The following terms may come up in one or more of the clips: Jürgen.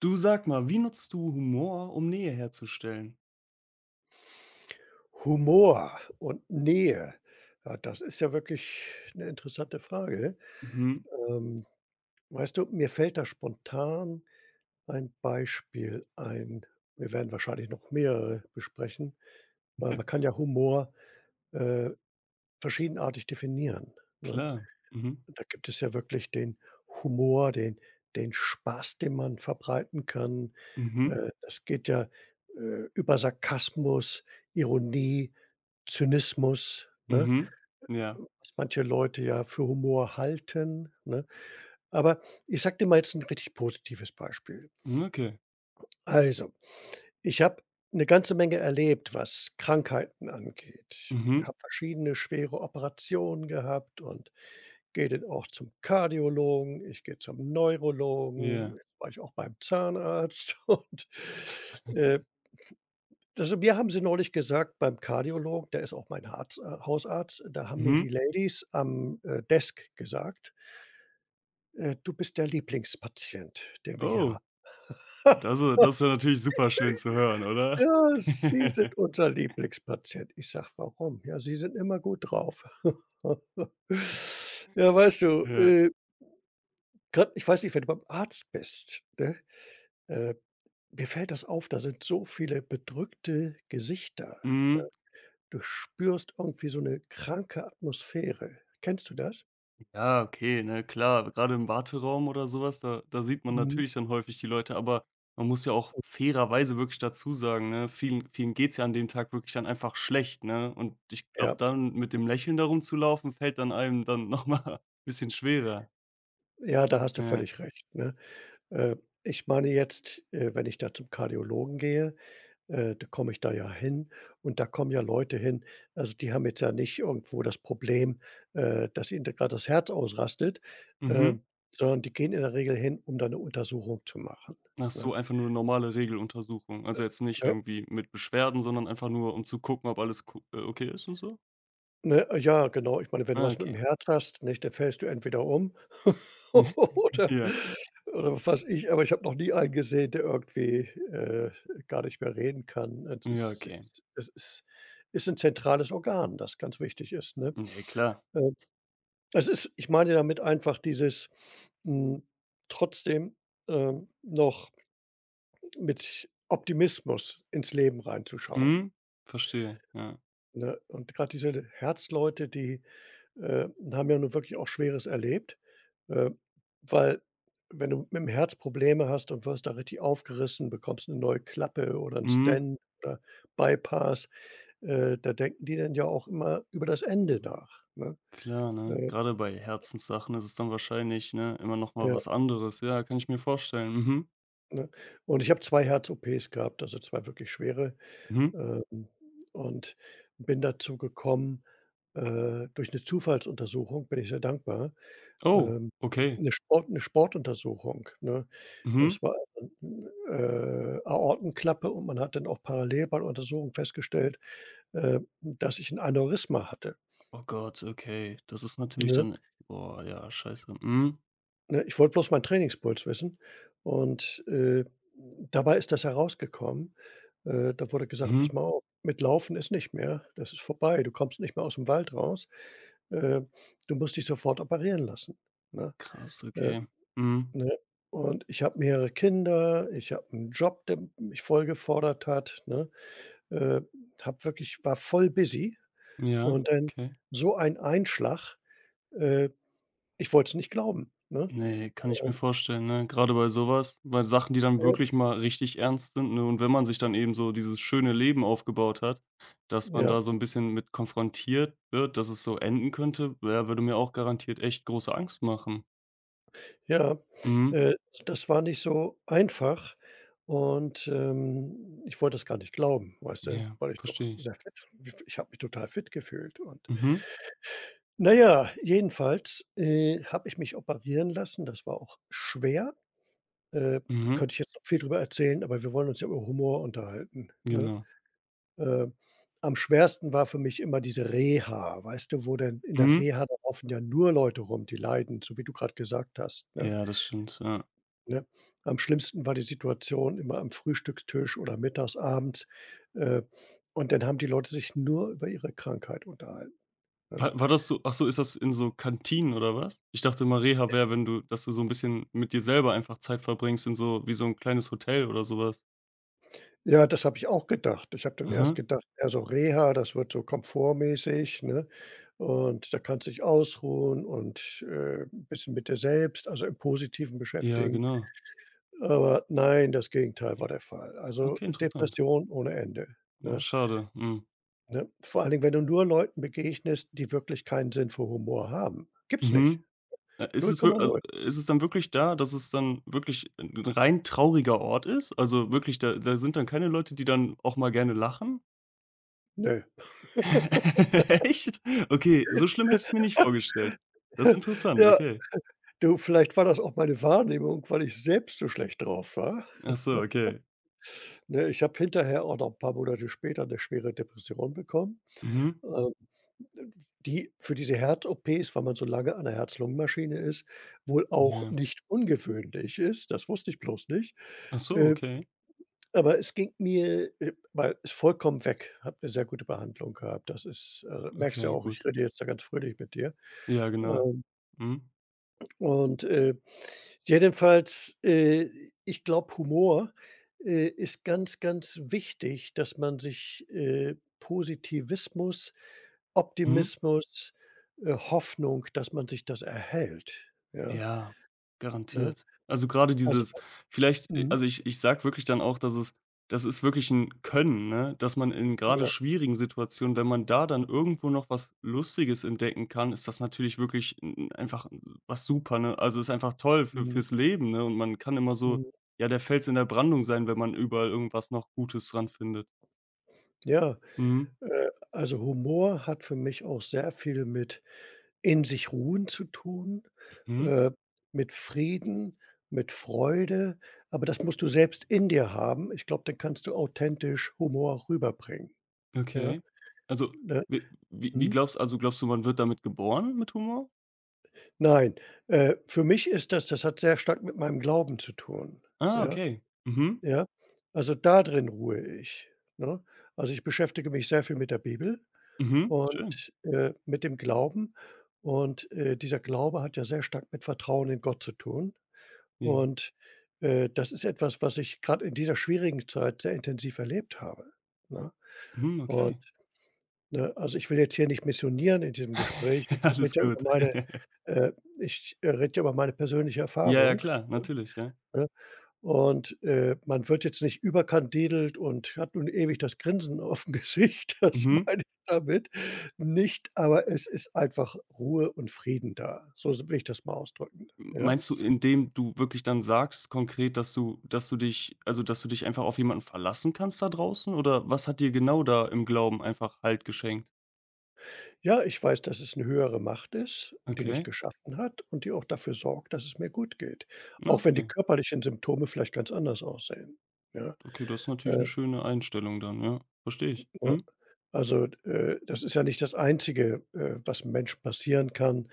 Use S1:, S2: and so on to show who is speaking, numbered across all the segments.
S1: Du sag mal, wie nutzt du Humor, um Nähe herzustellen?
S2: Humor und Nähe. Ja, das ist ja wirklich 'ne interessante Frage.
S1: Mhm,
S2: Ähm, weißt du, mir fällt da spontan ein Beispiel ein. Wir werden wahrscheinlich noch mehrere besprechen, weil man kann ja Humor, äh, verschiedenartig definieren, ne?
S1: klar. Mhm,
S2: Da gibt es ja wirklich den Humor, den Spaß, den man verbreiten kann.
S1: mhm,
S2: Das geht ja, über Sarkasmus, Ironie, Zynismus, ne?
S1: mhm. Ja.
S2: Was manche Leute ja für Humor halten, ne? Aber ich sag dir mal jetzt ein richtig positives Beispiel.
S1: Hm, okay.
S2: Also, ich habe eine ganze Menge erlebt, was Krankheiten angeht. Ich
S1: Mhm,
S2: habe verschiedene schwere Operationen gehabt und gehe dann auch zum Kardiologen, ich gehe zum Neurologen,
S1: ja.
S2: jetzt war ich auch beim Zahnarzt und, äh, also, mir haben sie neulich gesagt beim Kardiologen, der ist auch mein Harz Hausarzt. Da haben mir
S1: Mhm.
S2: die Ladies am, Desk gesagt: „Du bist der Lieblingspatient, den wir hier haben."
S1: Oh, das ist ja natürlich super schön zu hören, oder?
S2: „Ja, Sie sind unser Lieblingspatient." Ich sage: „Warum?" „Ja, Sie sind immer gut drauf." Ja, weißt du,
S1: Ja.
S2: grad, ich weiß nicht, wenn du beim Arzt bist, ne? Äh Mir fällt das auf, da sind so viele bedrückte Gesichter, ne?
S1: Mhm.
S2: Du spürst irgendwie so 'ne kranke Atmosphäre. Kennst du das?
S1: Ja, okay, ne, klar. Gerade im Warteraum oder sowas, da sieht man
S2: Mhm.
S1: natürlich dann häufig die Leute, aber man muss ja auch fairerweise wirklich dazu sagen, ne, vielen vielen geht's ja an dem Tag wirklich dann einfach schlecht, ne? Und ich glaube
S2: Ja,
S1: dann, mit dem Lächeln da rumzulaufen, fällt dann einem dann nochmal mal bisschen schwerer.
S2: ja, da hast du
S1: Ja.
S2: völlig recht, ne? Äh, ich meine jetzt, wenn ich da zum Kardiologen gehe, da komme ich da ja hin und da kommen ja Leute hin, also, die haben jetzt ja nicht irgendwo das Problem, dass ihnen da grad das Herz ausrastet,
S1: Mhm.
S2: ähm, sondern die gehen in der Regel hin, um da 'ne Untersuchung zu machen,
S1: Ach so,
S2: ne?
S1: einfach nur normale Regeluntersuchung. Also, jetzt nicht irgendwie mit Beschwerden, sondern einfach nur, um zu gucken, ob alles co okay ist und so?
S2: Ne, ja, genau. Ich meine, wenn du
S1: Ah,
S2: was mit dem
S1: okay.
S2: Herz hast, nicht, dann fällst du entweder um oder
S1: Ja.
S2: oder was weiß ich, aber ich habe noch nie einen gesehen, der irgendwie, äh, gar nicht mehr reden kann. Es
S1: Ja,
S2: ist
S1: okay.
S2: ist es ist ist 'n zentrales Organ, das ganz wichtig ist, ne?
S1: Ne, klar.
S2: Ähm, es ist Ich meine damit einfach dieses, hm, trotzdem, noch mit Optimismus ins Leben reinzuschauen,
S1: Mhm. Verstehe, ja.
S2: ne? Und gerade diese Herzleute, die haben ja nun wirklich auch Schweres erlebt, äh, weil, wenn du mit dem Herz Probleme hast und wirst da richtig aufgerissen, bekommst eine neue Klappe oder ein
S1: Mhm.
S2: Stent oder Bypass, da denken die dann ja auch immer über das Ende nach, ne?
S1: Klar, ne?
S2: Äh,
S1: Gerade bei Herzenssachen ist es dann wahrscheinlich, ne, immer noch mal
S2: ja,
S1: was anderes. Ja, kann ich mir vorstellen. Mhm.
S2: ne? Und ich habe 2 Herz-OPs gehabt, also 2 wirklich schwere,
S1: Mhm.
S2: ähm, und bin dazu gekommen durch eine Zufallsuntersuchung. Bin ich sehr dankbar.
S1: Oh,
S2: Ähm,
S1: okay.
S2: 'Ne Sportuntersuchung, ne?
S1: Mhm.
S2: Das war, Aortenklappe, und man hat dann auch parallel bei der Untersuchung festgestellt, dass ich 'n Aneurysma hatte,
S1: Oh Gott, okay. Das ist natürlich
S2: ne?
S1: dann boah, ja, scheiße. Mhm.
S2: Ne, ich wollte bloß meinen Trainingspuls wissen, und, dabei ist das herausgekommen. Da wurde gesagt: „Pass
S1: Mhm.
S2: mal auf, mit Laufen ist nicht mehr. Das ist vorbei. Du kommst nicht mehr ausm Wald raus. Äh, du musst dich sofort operieren lassen", ne?
S1: Krass,
S2: Äh
S1: okay. Mhm.
S2: Ne? Und ich habe mehrere Kinder, ich habe 'n Job, der mich voll gefordert hat, ne? Äh, habe wirklich War voll busy,
S1: Ja,
S2: und dann
S1: okay.
S2: so ein Einschlag, äh, ich wollte es nicht glauben, ne?
S1: Ne, kann ich mir vorstellen, ne? Gerade bei sowas, bei Sachen, die dann
S2: Äh,
S1: wirklich mal richtig ernst sind, ne? Und wenn man sich dann eben so dieses schöne Leben aufgebaut hat, dass man
S2: ja,
S1: da so 'n bisschen mit konfrontiert wird, dass es so enden könnte, ja, würde mir auch garantiert echt große Angst machen.
S2: ja,
S1: Mhm.
S2: äh, das war nicht so einfach, und, ich wollte das gar nicht glauben, weißt du,
S1: Ja,
S2: weil ich doch
S1: verstehe ich.
S2: sehr fit, f ich habe mich total fit gefühlt. Und
S1: Mhm,
S2: na ja, jedenfalls, habe ich mich operieren lassen. Das war auch schwer. Äh,
S1: mhm,
S2: könnte ich jetzt noch viel drüber erzählen, aber wir wollen uns ja über Humor unterhalten, ne?
S1: genau.
S2: Äh, am schwersten war für mich immer diese Reha, weißt du, wo denn, in der
S1: Mhm.
S2: Reha, da laufen ja nur Leute rum, die leiden, so wie du grad gesagt hast, ne,
S1: Ja, das stimmt, ja.
S2: ne? Am schlimmsten war die Situation immer am Frühstückstisch oder mittags, abends, äh, und dann haben die Leute sich nur über ihre Krankheit unterhalten, ne?
S1: War war das so ach so, ist das in so Kantinen oder was? Ich dachte immer, Reha wäre, wenn du dass du so 'n bisschen mit dir selber einfach Zeit verbringst in so wie so 'n kleines Hotel oder so was.
S2: Ja, das habe ich auch gedacht. Ich habe dann erst
S1: Aha.
S2: gedacht, eher so Reha, das wird so komfortmäßig, ne? Und da kannst du dich ausruhen und, 'n bisschen mit dir selbst, also im Positiven
S1: Ja,
S2: beschäftigen.
S1: genau.
S2: Aber nein, das Gegenteil war der Fall. Also,
S1: Okay, interessant.
S2: Depression ohne Ende,
S1: Oh,
S2: ne?
S1: schade. Mhm.
S2: Ne? Vor allen Dingen, wenn du nur Leuten begegnest, die wirklich keinen Sinn für Humor haben. Gibt's nicht.
S1: Mhm. Ist
S2: Null
S1: es
S2: Komma
S1: wir also,
S2: null.
S1: ist es dann wirklich da, dass es dann wirklich ein rein trauriger Ort ist? Also, wirklich, da sind dann keine Leute, die dann auch mal gerne lachen?
S2: Nö.
S1: Echt? Okay, so schlimm hätte ich's mir nicht vorgestellt. Das ist interessant,
S2: Ja,
S1: okay.
S2: du, vielleicht war das auch meine Wahrnehmung, weil ich selbst so schlecht drauf war.
S1: Ach so, okay.
S2: Ne, ich habe hinterher oder ein paar Monate später eine schwere Depression bekommen,
S1: Mhm.
S2: ähm, die für diese Herz-OPs, weil man so lange an der Herz-Lungen-Maschine ist, wohl auch
S1: Ja.
S2: nicht ungewöhnlich ist. Das wusste ich bloß nicht.
S1: Ach so,
S2: Äh,
S1: okay.
S2: aber es ging mir, weil, ist vollkommen weg. Habe eine sehr gute Behandlung gehabt. Das ist, merkst ja
S1: Okay,
S2: auch, ich
S1: gut.
S2: rede jetzt da ganz fröhlich mit dir.
S1: Ja, genau.
S2: Ähm
S1: Mhm.
S2: Und, jedenfalls, ich glaube, Humor, ist ganz, ganz wichtig, dass man sich, Positivismus,
S1: Mhm.
S2: Optimismus, Hoffnung, dass man sich das erhält, ja,
S1: Ja,
S2: ne?
S1: garantiert. Also, gerade
S2: Also,
S1: dieses vielleicht
S2: mhm,
S1: also, ich sag wirklich dann auch, dass es das ist wirklich ein Können, ne, dass man in gerade
S2: ja,
S1: schwierigen Situationen, wenn man da dann irgendwo noch was Lustiges entdecken kann, ist das natürlich wirklich 'n einfach was super, ne? Also, ist einfach toll für
S2: mhm,
S1: fürs Leben, ne? Und man kann immer so,
S2: mhm,
S1: ja, der Fels in der Brandung sein, wenn man überall irgendwas noch Gutes dran findet.
S2: ja.
S1: Mhm,
S2: Also Humor hat für mich auch sehr viel mit in sich ruhen zu tun,
S1: mhm,
S2: äh, mit Frieden, mit Freude, aber das musst du selbst in dir haben. Ich glaube, dann kannst du authentisch Humor rüberbringen, ja,
S1: okay. Also,
S2: ne? Mhm.
S1: glaubst du, man wird damit geboren mit Humor?
S2: Nein, für mich ist das hat sehr stark mit meinem Glauben zu tun,
S1: Ah,
S2: ja,
S1: okay. Mhm.
S2: ja. Also, da drin ruhe ich, ne? Also, ich beschäftige mich sehr viel mit der Bibel
S1: Mhm, schön.
S2: und, mit dem Glauben und, dieser Glaube hat ja sehr stark mit Vertrauen in Gott zu tun.
S1: Ja.
S2: Und, das ist etwas, was ich gerade in dieser schwierigen Zeit sehr intensiv erlebt habe, ne?
S1: Mhm,
S2: Und,
S1: okay.
S2: ne, also, ich will jetzt hier nicht missionieren in diesem Gespräch. Ich
S1: Alles
S2: rede ja über
S1: gut.
S2: meine, äh, persönliche
S1: Ja, ja,
S2: Erfahrung,
S1: klar, natürlich, ja.
S2: ne? Und, man wird jetzt nicht überkandidelt und hat nun ewig das Grinsen auf dem Gesicht, das
S1: Mhm.
S2: meine ich damit nicht, aber es ist einfach Ruhe und Frieden da. So will ich das mal ausdrücken, ja?
S1: Meinst du, indem du wirklich dann sagst konkret, dass du dich einfach auf jemanden verlassen kannst da draußen oder was hat dir genau da im Glauben einfach Halt geschenkt?
S2: Ja, ich weiß, dass es 'ne höhere Macht ist, die mich
S1: Okay.
S2: geschaffen hat und die auch dafür sorgt, dass es mir gut geht,
S1: Na,
S2: auch wenn die
S1: okay.
S2: körperlichen Symptome vielleicht ganz anders aussehen, ja?
S1: Okay, das ist natürlich
S2: Äh,
S1: eine schöne Einstellung dann, ja. Verstehe ich.
S2: ne?
S1: Mhm.
S2: Also, das ist ja nicht das Einzige, was 'm Menschen passieren kann.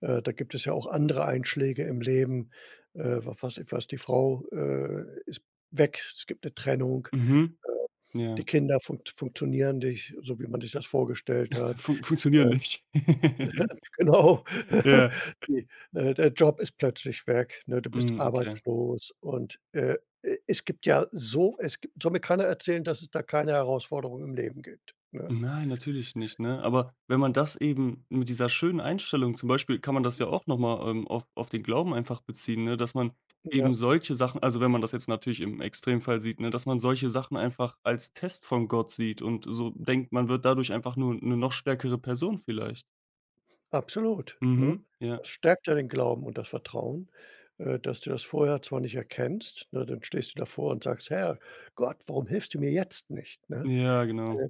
S2: Da gibt es ja auch andere Einschläge im Leben. Wa Was ich weiß, die Frau, ist weg, es gibt 'ne Trennung,
S1: Mhm. Ja.
S2: die Kinder funktionieren nicht, so wie man sich das vorgestellt hat.
S1: Funktioniert nicht.
S2: Genau.
S1: Ja.
S2: Der Job ist plötzlich weg, ne? Du bist
S1: Mhm, okay.
S2: arbeitslos, und, e es gibt ja so es gibt soll mir keiner erzählen, dass es da keine Herausforderung im Leben gibt, ne?
S1: Nein, natürlich nicht, ne? Aber wenn man das eben mit dieser schönen Einstellung zum Beispiel kann man das ja auch noch mal, auf den Glauben einfach beziehen, ne, dass man eben
S2: Ja,
S1: solche Sachen also, wenn man das jetzt natürlich im Extremfall sieht, ne, dass man solche Sachen einfach als Test von Gott sieht und so denkt, man wird dadurch einfach nur eine noch stärkere Person vielleicht.
S2: absolut, ne?
S1: Mhm, ja.
S2: Das stärkt ja den Glauben und das Vertrauen, dass du das vorher zwar nicht erkennst, ne? Dann stehst du davor und sagst: „Herr Gott, warum hilfst du mir jetzt nicht", ne?
S1: Ja, genau.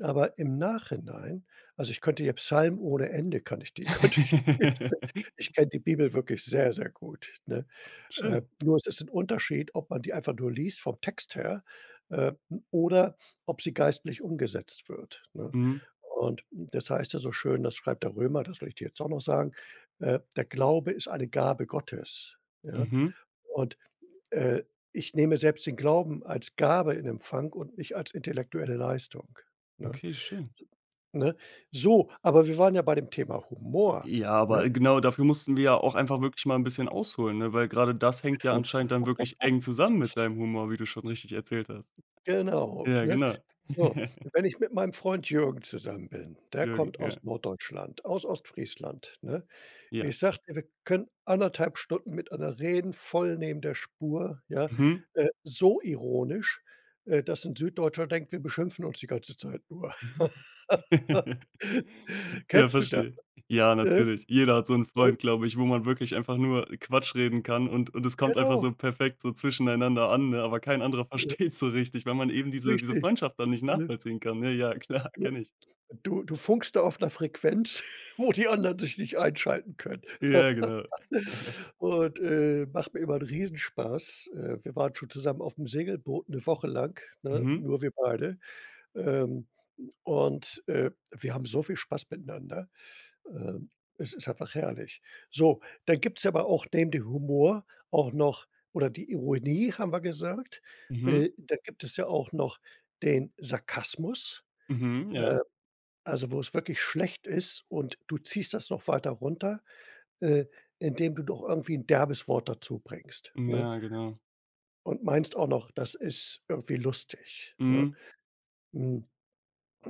S2: Aber im Nachhinein, also, ich könnte hier Psalmen ohne Ende, kann ich, die könnte ich jetzt, ich kenne die Bibel wirklich sehr, sehr gut, ne? Äh,
S1: Schön.
S2: nur es ist 'n Unterschied, ob man die einfach nur liest vom Text her, äh, oder ob sie geistlich umgesetzt wird, ne?
S1: Mhm,
S2: Und das heißt ja so schön, das schreibt der Römer, das will ich dir jetzt auch noch sagen, der Glaube ist eine Gabe Gottes, ja?
S1: mhm.
S2: Und, äh, ich nehme selbst den Glauben als Gabe in Empfang und nicht als intellektuelle Leistung, ne?
S1: Okay, schön.
S2: Ne? So, aber wir waren ja bei dem Thema Humor,
S1: Ja,
S2: ne?
S1: aber genau dafür mussten wir ja auch einfach wirklich mal ein bisschen ausholen, ne? Weil gerade das hängt ja anscheinend dann wirklich eng zusammen mit deinem Humor, wie du schon richtig erzählt hast.
S2: Genau,
S1: Ja,
S2: ne?
S1: genau.
S2: So, wenn ich mit meinem Freund Jürgen zusammen bin, der
S1: Jürgen,
S2: kommt aus
S1: ja.
S2: Norddeutschland, aus Ostfriesland, ne?
S1: Ja.
S2: Ich sage, wir können 1,5 Stunden miteinander reden, voll neben der Spur, ja,
S1: Mhm.
S2: so ironisch, dass 'n Süddeutscher denkt, wir beschimpfen uns die ganze Zeit nur.
S1: Ja,
S2: Kennst du das?
S1: verstehe. Ja,
S2: Ne?
S1: natürlich. Jeder hat so einen
S2: Äh,
S1: Freund, glaube ich, wo man wirklich einfach nur Quatsch reden kann und es kommt einfach
S2: genau,
S1: so perfekt so zwischeneinander an, ne? Aber kein anderer
S2: ja,
S1: versteht so richtig, weil man eben diese
S2: richtig,
S1: Freundschaft dann nicht
S2: ne?
S1: nachvollziehen kann, ne? Ja, klar, kenne ich.
S2: Du funkst da auf einer Frequenz, wo die anderen sich nicht einschalten können.
S1: Ja, genau.
S2: Und, macht mir immer einen Riesenspaß. Wir waren schon zusammen auf dem Segelboot 1 Woche lang, ne,
S1: Mhm,
S2: nur wir beide. Ähm, und wir haben so viel Spaß miteinander. Ähm, es ist einfach herrlich. So, dann gibt's aber auch neben dem Humor auch noch, oder die Ironie, haben wir gesagt.
S1: mhm.
S2: Da gibt es ja auch noch den Sarkasmus.
S1: Mhm, ja.
S2: Äh also, wo es wirklich schlecht ist und du ziehst das noch weiter runter, äh, indem du doch irgendwie ein derbes Wort dazu bringst, ne?
S1: Ja, genau.
S2: Und meinst auch noch, das ist irgendwie lustig, ne?
S1: Mhm,
S2: Hm,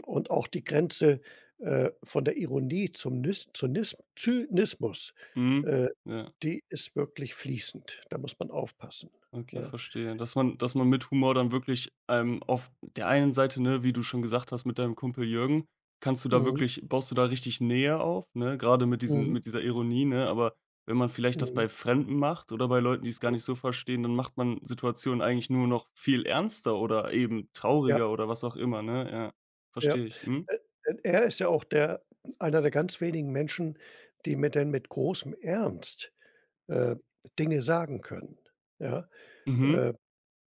S2: und auch die Grenze, von der Ironie zum Nis Zynis Zynismus,
S1: mhm.
S2: äh,
S1: Ja,
S2: die ist wirklich fließend. Da muss man aufpassen,
S1: okay,
S2: ne?
S1: verstehe. Dass man mit Humor dann wirklich, auf der einen Seite, ne, wie du schon gesagt hast, mit deinem Kumpel Jürgen, kannst du da
S2: Mhm,
S1: wirklich baust du da richtig Nähe auf, ne, gerade mit diesen
S2: mhm,
S1: mit dieser Ironie, ne? Aber wenn man vielleicht das
S2: mhm,
S1: bei Fremden macht oder bei Leuten, die es gar
S2: mhm.
S1: nicht so verstehen, dann macht man Situationen eigentlich nur noch viel ernster oder eben
S2: Ja.
S1: trauriger oder was auch immer, ne? Ja,
S2: Ja.
S1: verstehe ich. Mhm.
S2: Äh, denn er ist ja auch der einer der ganz wenigen Menschen, die mir denn mit großem Ernst, äh, Dinge sagen können, ja?
S1: Mhm.
S2: Äh,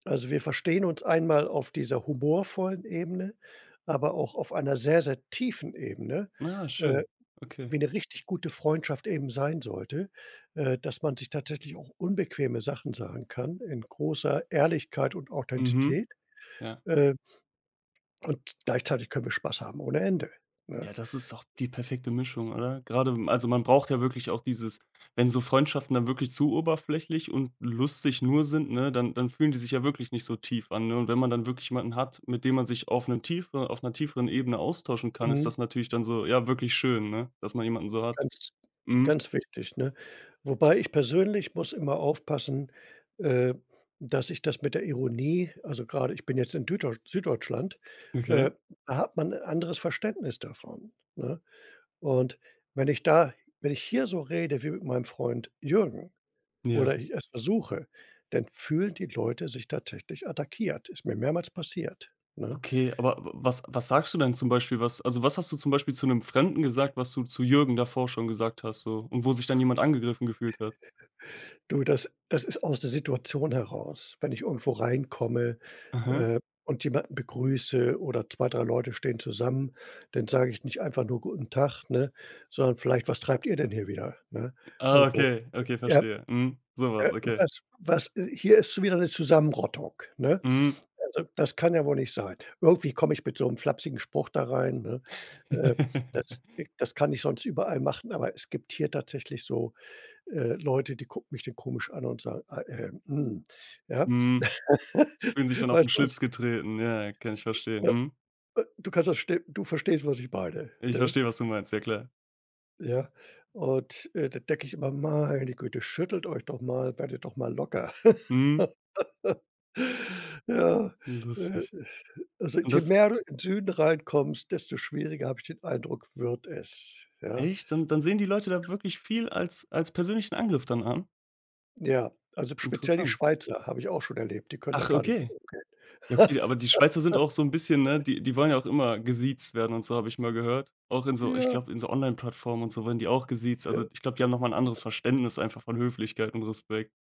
S2: also, wir verstehen uns einmal auf dieser humorvollen Ebene, aber auch auf einer sehr, sehr tiefen Ebene,
S1: Ah,
S2: äh,
S1: schön. Okay.
S2: wie eine richtig gute Freundschaft eben sein sollte, dass man sich tatsächlich auch unbequeme Sachen sagen kann in großer Ehrlichkeit und
S1: Mhm.
S2: Authentizität,
S1: Ja.
S2: äh, und gleichzeitig können wir Spaß haben ohne Ende, ne?
S1: Ja, das ist doch die perfekte Mischung, oder? Gerade also, man braucht ja wirklich auch dieses wenn so Freundschaften dann wirklich zu oberflächlich und lustig nur sind, ne, dann fühlen die sich ja wirklich nicht so tief an, ne? Und wenn man dann wirklich jemanden hat, mit dem man sich auf 'nem tiefe auf einer tieferen Ebene austauschen kann, ist
S2: Mhm,
S1: das natürlich dann so, ja, wirklich schön, ne, dass man jemanden so hat.
S2: ganz,
S1: Mhm.
S2: ganz wichtig, ne? Wobei ich persönlich muss immer aufpassen, äh, dass ich das mit der Ironie, also, gerade, ich bin jetzt in Dütdeuts Süddeutschland, äh,
S1: Okay.
S2: da hat man ein anderes Verständnis davon, ne? Und wenn ich da wenn ich hier so rede wie mit meinem Freund Jürgen,
S1: Ja.
S2: oder ich es versuche, dann fühlen die Leute sich tatsächlich attackiert. Ist mir mehrmals passiert, ne?
S1: Okay, aber w was was sagst du denn zum Beispiel, was hast du zum Beispiel zu einem Fremden gesagt, was du zu Jürgen davor schon gesagt hast so und wo sich dann jemand angegriffen gefühlt hat?
S2: Du, das ist aus der Situation heraus. Wenn ich irgendwo reinkomme,
S1: Mhm.
S2: und jemanden begrüße, oder 2, 3 Leute stehen zusammen, dann sage ich nicht einfach nur „Guten Tag", ne, sondern vielleicht: „Was treibt ihr denn hier wieder", ne?
S1: Ah,
S2: Irgendwo.
S1: okay, okay,
S2: Ja,
S1: verstehe. Mhm, so was, okay.
S2: was was hier ist wieder eine Zusammenrottung, ne?
S1: Mhm.
S2: Also, das kann ja wohl nicht sein. Irgendwie komme ich mit so 'nem flapsigen Spruch da rein, ne? Äh, das äh, das kann ich sonst überall machen, aber es gibt hier tatsächlich so, Leute, die gucken mich dann komisch an und sagen: „Ah, hm", ja?
S1: Mhm, Fühlen sich dann auf 'n
S2: Weißt du, was
S1: Schlips
S2: ich,
S1: getreten. Ja, kann ich verstehen.
S2: ja,
S1: Mhm.
S2: du kannst das, ste du verstehst, was ich meine,
S1: Ich
S2: ne?
S1: verstehe, was du meinst, ja klar.
S2: Ja? Und, da denke ich immer: „Meine Güte, schüttelt euch doch mal, werdet doch mal locker."
S1: Mhm,
S2: Ja, äh
S1: lustig.
S2: also,
S1: Und
S2: je
S1: das
S2: mehr du in Süden reinkommst, desto schwieriger habe ich den Eindruck, wird es, ja?
S1: echt? Dann sehen die Leute da wirklich viel als als persönlichen Angriff dann an?
S2: Ja, also, speziell die
S1: Interessant.
S2: Schweizer habe ich auch schon erlebt, die können da
S1: Ach,
S2: gar nicht mit
S1: okay.
S2: umgehen.
S1: Ja, okay, aber die Schweizer sind auch so 'n bisschen, ne die wollen ja auch immer gesiezt werden und so, habe ich mal gehört. Auch in so ich
S2: Ja,
S1: glaube, in so Onlineplattformen und so werden die auch gesiezt.
S2: ja,
S1: Also, ich glaube, die haben noch mal 'n anderes Verständnis einfach von Höflichkeit und Respekt.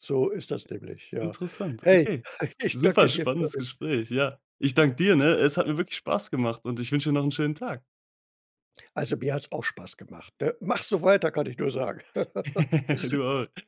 S2: so ist das nämlich, ja.
S1: Interessant,
S2: Hey,
S1: okay.
S2: ich
S1: Super
S2: danke dir für,
S1: spannendes Gespräch, ja. Ich danke dir, ne? Es hat mir wirklich Spaß gemacht und ich wünsche dir noch 'n schönen Tag.
S2: also, mir hat es auch Spaß gemacht, ne? Mach so weiter, kann ich nur sagen.
S1: Du auch.